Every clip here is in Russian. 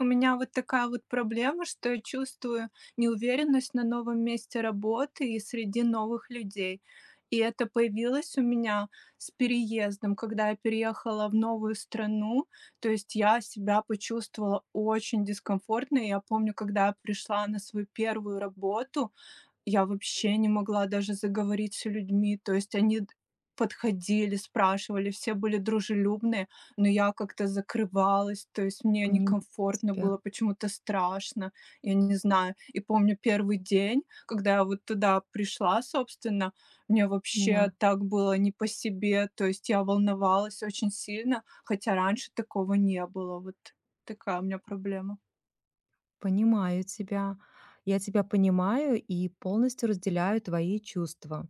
У меня вот такая вот проблема, что я чувствую неуверенность на новом месте работы и среди новых людей. И это появилось у меня с переездом, когда я переехала в новую страну. То есть я себя почувствовала очень дискомфортно. И я помню, когда я пришла на свою первую работу, я вообще не могла даже заговорить с людьми. То есть они д подходили, спрашивали, все были дружелюбные, но я как-то закрывалась, то есть мне Понимаю некомфортно тебя, было, почему-то страшно, я не знаю. И помню первый день, когда я вот туда пришла, собственно, мне вообще да, так было не по себе, то есть я волновалась очень сильно, хотя раньше такого не было. Вот такая у меня проблема. понимаю тебя. Я тебя понимаю и полностью разделяю твои чувства.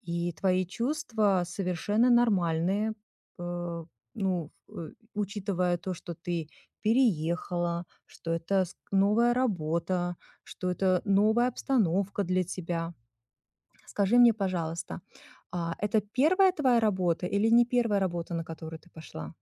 И твои чувства совершенно нормальные, э, учитывая то, что ты переехала, что это с новая работа, что это новая обстановка для тебя. Скажи мне, пожалуйста, это первая твоя работа или не первая работа, на которую ты пошла?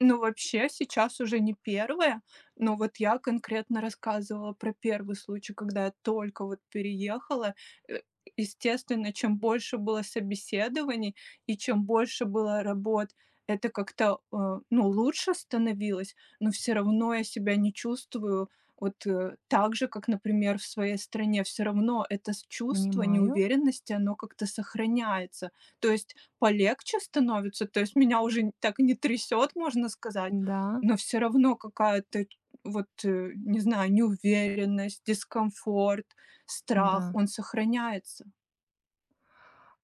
Ну, вообще, сейчас уже не первое, но вот я конкретно рассказывала про первый случай, когда я только вот переехала. Э, Естественно, чем больше было собеседований и чем больше было работ, это как-то, ну, лучше становилось, но все равно я себя не чувствую вот, так же, как, например, в своей стране. Все равно это с чувство Понимаю. неуверенности, оно как-то сохраняется. То есть полегче становится. То есть меня уже н так не трясет, можно сказать, Да, но все равно какая-то вот, не знаю, неуверенность, дискомфорт, страх, да. он сохраняется.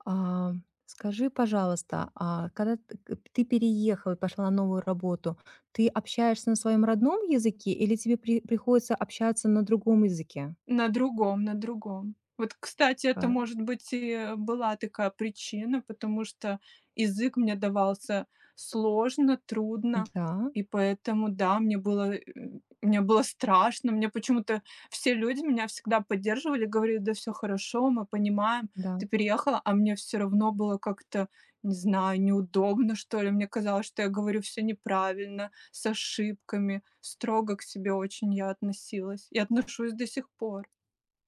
А, скажи, пожалуйста, а когда т к ты переехала и пошла на новую работу, ты общаешься на своем родном языке или тебе приходится общаться на другом языке? На другом, на другом. Вот, кстати, Ка это, может быть, и была такая причина, потому что язык мне давался сложно, трудно, да, и поэтому, да, мне было страшно. Мне почему-то все люди меня всегда поддерживали, говорили: "Да все хорошо, мы понимаем, да. ты переехала". А мне все равно было как-то, не знаю, неудобно, что ли. Мне казалось, что я говорю все неправильно, с ошибками. Строго к себе очень я относилась и отношусь до сих пор.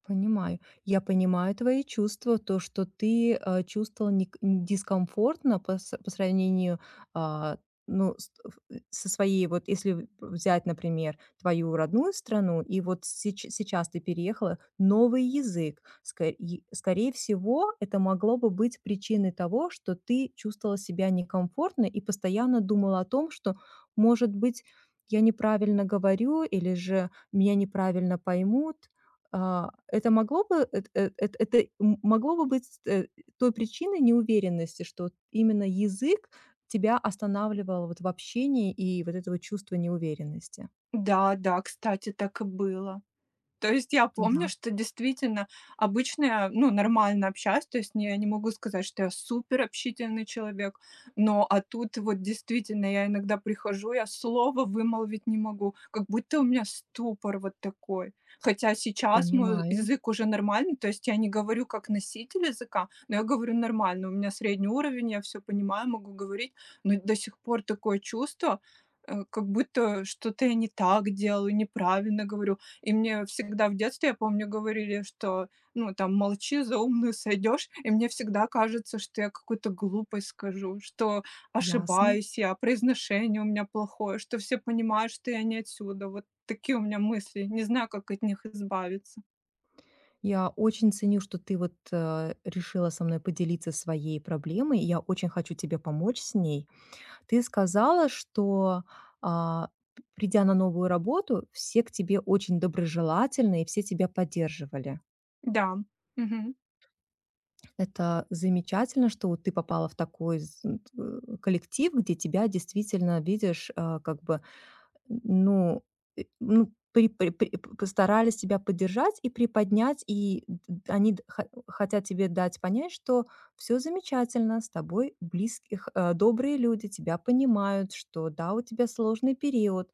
Понимаю. Я понимаю твои чувства, то, что ты дискомфортно по сравнению а, со своей, вот если взять, например, твою родную страну, и вот сейчас ты переехала, новый язык. Скорее всего, это могло бы быть причиной того, что ты чувствовала себя некомфортно и постоянно думала о том, что, может быть, я неправильно говорю или же меня неправильно поймут, это могло бы эт эт эт это м могло бы быть, той причиной неуверенности, что именно язык тебя останавливал вот в общении и вот этого чувства неуверенности? Да, да, кстати, так и было. То есть я помню, Да, что действительно обычно я, ну, нормально общаюсь, то есть не я не могу сказать, что я супер общительный человек, но а тут вот действительно я иногда прихожу, я слова вымолвить не могу, как будто у меня ступор вот такой. Хотя сейчас мой понимаю, язык уже нормальный, то есть я не говорю как носитель языка, но я говорю нормально, у меня средний уровень, я все понимаю, могу говорить, но до сих пор такое чувство, как будто что-то я не так делаю, неправильно говорю. И мне всегда в детстве, я помню, говорили, что, ну, там: "Молчи, за умную сойдёшь". И мне всегда кажется, что я какую-то глупость скажу, что ясно. ошибаюсь я, произношение у меня плохое, что все понимают, что я не отсюда. Вот такие у меня мысли. Не знаю, как от них избавиться. Я очень ценю, что ты вот, решила со мной поделиться своей проблемой, и я очень хочу тебе помочь с ней. Ты сказала, что, а, придя на новую работу, все к тебе очень доброжелательны и все тебя поддерживали. Да. Мгм. Это замечательно, что вот ты попала в такой з н т э, коллектив, где тебя действительно, видишь, как бы, ну, ну, при при при п постарались тебя поддержать и приподнять, и д д они д хо хотят тебе дать понять, что все замечательно, с тобой близких добрые люди, тебя понимают, что да, у тебя сложный период.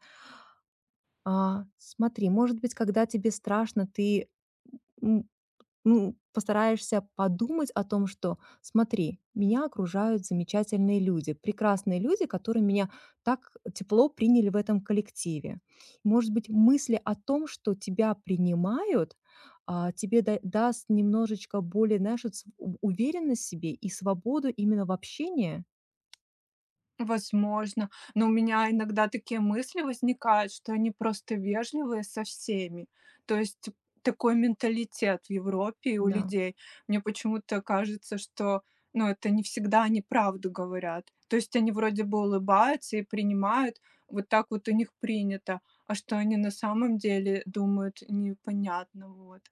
Смотри, может быть, когда тебе страшно, ты, ну, постараешься подумать о том, что смотри, меня окружают замечательные люди, прекрасные люди, которые меня так тепло приняли в этом коллективе. Может быть, мысли о том, что тебя принимают, тебе даст немножечко более, знаешь, вот уверенность в себе и свободу именно в общении. Возможно, но у меня иногда такие мысли возникают, что они просто вежливые со всеми. То есть такой менталитет в Европе и у Да, людей. Мне почему-то кажется, что, ну, это не всегда они правду говорят. То есть они вроде бы улыбаются и принимают, вот так вот у них принято, а что они на самом деле думают, непонятно, вот.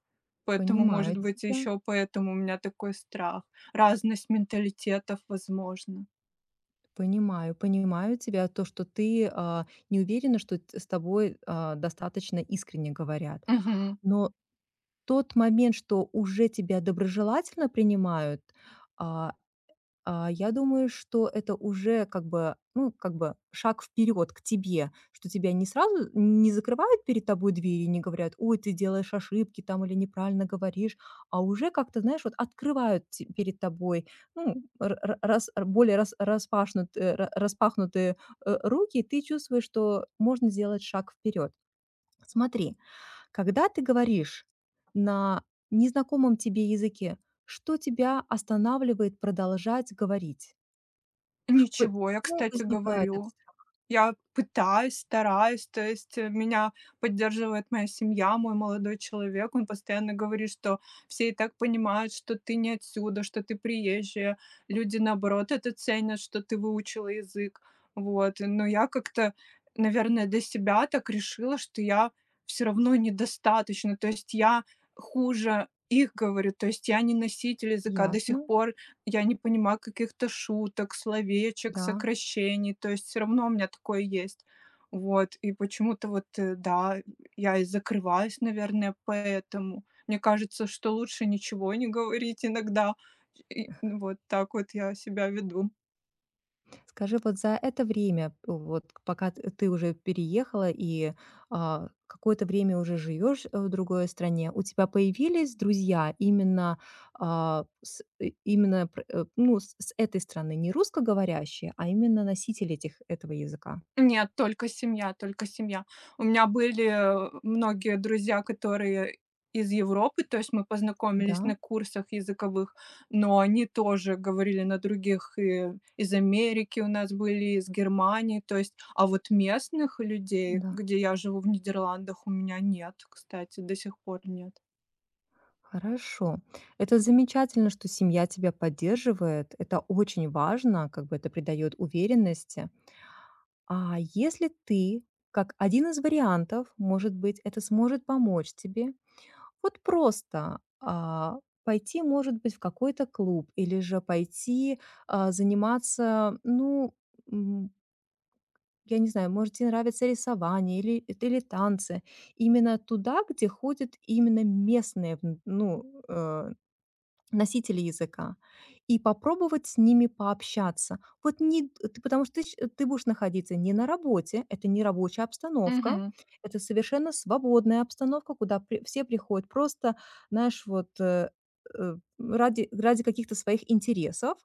Поэтому, может понимаю быть, тебя. еще поэтому у меня такой страх. Разность менталитетов, возможно. Понимаю, понимаю тебя, то, что ты не уверена, что с тобой достаточно искренне говорят. Мгм. Но тот момент, что уже тебя доброжелательно принимают, а, я думаю, что это уже как бы, ну, как бы шаг вперед к тебе, что тебя не сразу не закрывают перед тобой двери, не говорят: "Ой, ты делаешь ошибки там или неправильно говоришь", а уже как-то, знаешь, вот открывают перед тобой, ну, раз, более распахнутые руки, и ты чувствуешь, что можно сделать шаг вперед. Смотри, когда ты говоришь на незнакомом тебе языке, что тебя останавливает продолжать говорить? Ш п Ничего, я, Почему кстати, возникает этот говорю. страх? Я пытаюсь, стараюсь, то есть, меня поддерживает моя семья, мой молодой человек. Он постоянно говорит, что все и так понимают, что ты не отсюда, что ты приезжая. Люди, наоборот, это ценят, что ты выучила язык. Вот, но я как-то, наверное, для себя так решила, что я все равно недостаточно. То есть я хуже их говорю, то есть я не носитель языка. До Ясно, сих пор я не понимаю каких-то шуток, словечек, да. сокращений, то есть все равно у меня такое есть. Вот, и почему-то вот, да, я и закрываюсь, наверное, поэтому. Мне кажется, что лучше ничего не говорить иногда. И, ну, вот так вот я себя веду. Скажи, вот за это время, вот пока т ты уже переехала и, какое-то время уже живешь, в другой стране, у тебя появились друзья именно, а, с и именно ну, с этой страны, не русскоговорящие, а именно носители этих этого языка? Нет, только семья, только семья. У меня были, многие друзья, которые из Европы, то есть мы Да, познакомились на курсах языковых, но они тоже говорили на других, и из Америки у нас были, из Германии, то есть, а вот местных людей, да. где я живу в Нидерландах, у меня нет, кстати, до сих пор нет. Хорошо. Это замечательно, что семья тебя поддерживает. Это очень важно, как бы это придает уверенности. А если ты, как один из вариантов, может быть, это сможет помочь тебе, вот просто пойти, может быть, в какой-то клуб или же пойти заниматься, ну, м, я не знаю, может, тебе нравится рисование или, или танцы. Именно туда, где ходят именно местные, носители языка, и попробовать с ними пообщаться. Вот не, д- ты- Потому что ты, ты будешь находиться не на работе, это не рабочая обстановка, Мгм. это совершенно свободная обстановка, куда все приходят просто, знаешь, ради, ради каких-то своих интересов.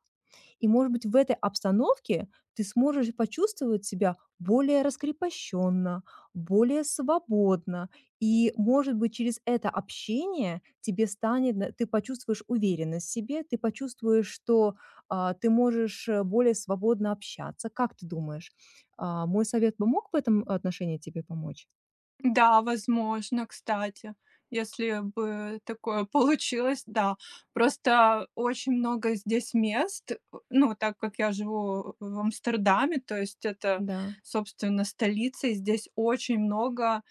И, может быть, в этой обстановке ты сможешь почувствовать себя более раскрепощенно, более свободно, и, может быть, через это общение тебе станет, ты почувствуешь уверенность в себе, ты почувствуешь, что ты можешь более свободно общаться. Как ты думаешь, мой совет бы мог в этом отношении тебе помочь? Да, возможно, кстати, если бы такое получилось, да. Просто очень много здесь мест, ну, так как я живу в Амстердаме, то есть это, Да, собственно, столица, и здесь очень много,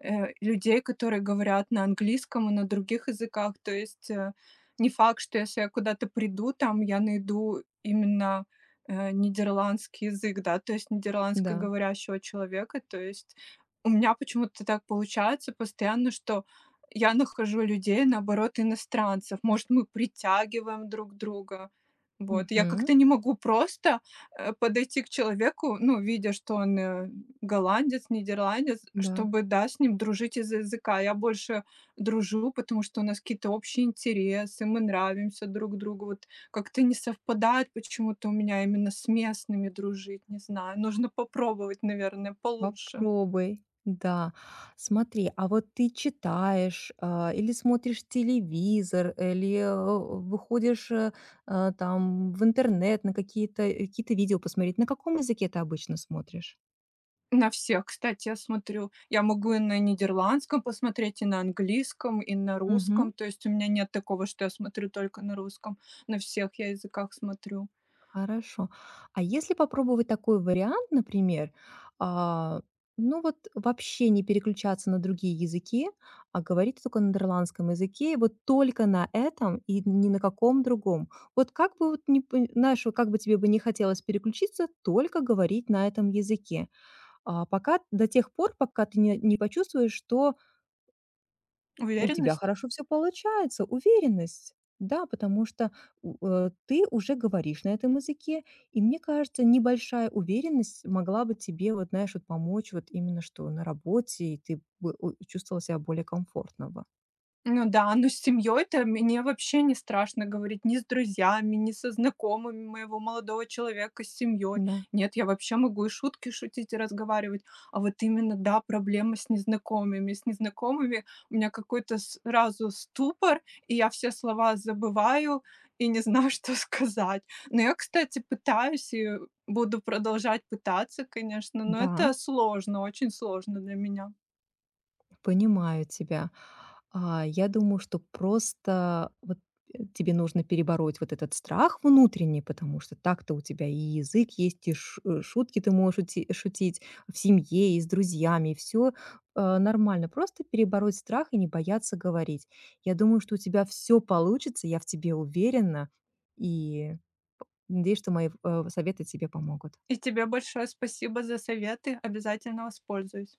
людей, которые говорят на английском и на других языках. То есть, не факт, что если я куда-то приду, там я найду именно, нидерландский язык, да, то есть да. нидерландскоговорящего человека. То есть у меня почему-то так получается постоянно, что я нахожу людей, наоборот, иностранцев. Может, мы притягиваем друг друга. Вот. Я Мгм. как-то не могу просто подойти к человеку, ну, видя, что он голландец, нидерландец, Да. чтобы, да, с ним дружить из-за языка. Я больше дружу, потому что у нас какие-то общие интересы, мы нравимся друг другу. Вот как-то не совпадает почему-то у меня именно с местными дружить, не знаю. Нужно попробовать, наверное, получше. Попробуй. Да. Смотри, а вот ты читаешь, или смотришь телевизор, или, э, выходишь, там в интернет на какие-то какие-то видео посмотреть. На каком языке ты обычно смотришь? На всех, кстати, я смотрю. Я могу и на нидерландском посмотреть, и на английском, и на русском. То есть у меня нет такого, что я смотрю только на русском. На всех я языках смотрю. Хорошо. А если попробовать такой вариант, например, а, ну вот вообще не переключаться на другие языки, а говорить только на нидерландском языке, и вот только на этом и ни на каком другом. Вот как бы вот не, п- Знаешь, вот как бы тебе бы не хотелось переключиться, только говорить на этом языке. Пока до тех пор, пока ты не, не почувствуешь, что у тебя Уверенность. хорошо все получается, уверенность. Да, потому что ты уже говоришь на этом языке, и мне кажется, небольшая уверенность могла бы тебе, вот знаешь, вот помочь вот именно что на работе, и ты бы у чувствовала себя более комфортно бы. Ну да, но с семьей-то мне вообще не страшно говорить ни с друзьями, ни со знакомыми моего молодого человека, с семьей. Да. Нет, я вообще могу и шутки шутить, и разговаривать. А вот именно, да, проблема с незнакомыми. С незнакомыми у меня какой-то сразу ступор, и я все слова забываю и не знаю, что сказать. Но я, кстати, пытаюсь и буду продолжать пытаться, конечно, но это Да. сложно, очень сложно для меня. Понимаю тебя. Я думаю, что просто вот, тебе нужно перебороть вот этот страх внутренний, потому что так-то у тебя и язык есть, и шутки ты можешь ути шутить в семье и с друзьями, и всё, нормально. Просто перебороть страх и не бояться говорить. Я думаю, что у тебя все получится, я в тебе уверена, и надеюсь, что мои, советы тебе помогут. И тебе большое спасибо за советы, обязательно воспользуюсь.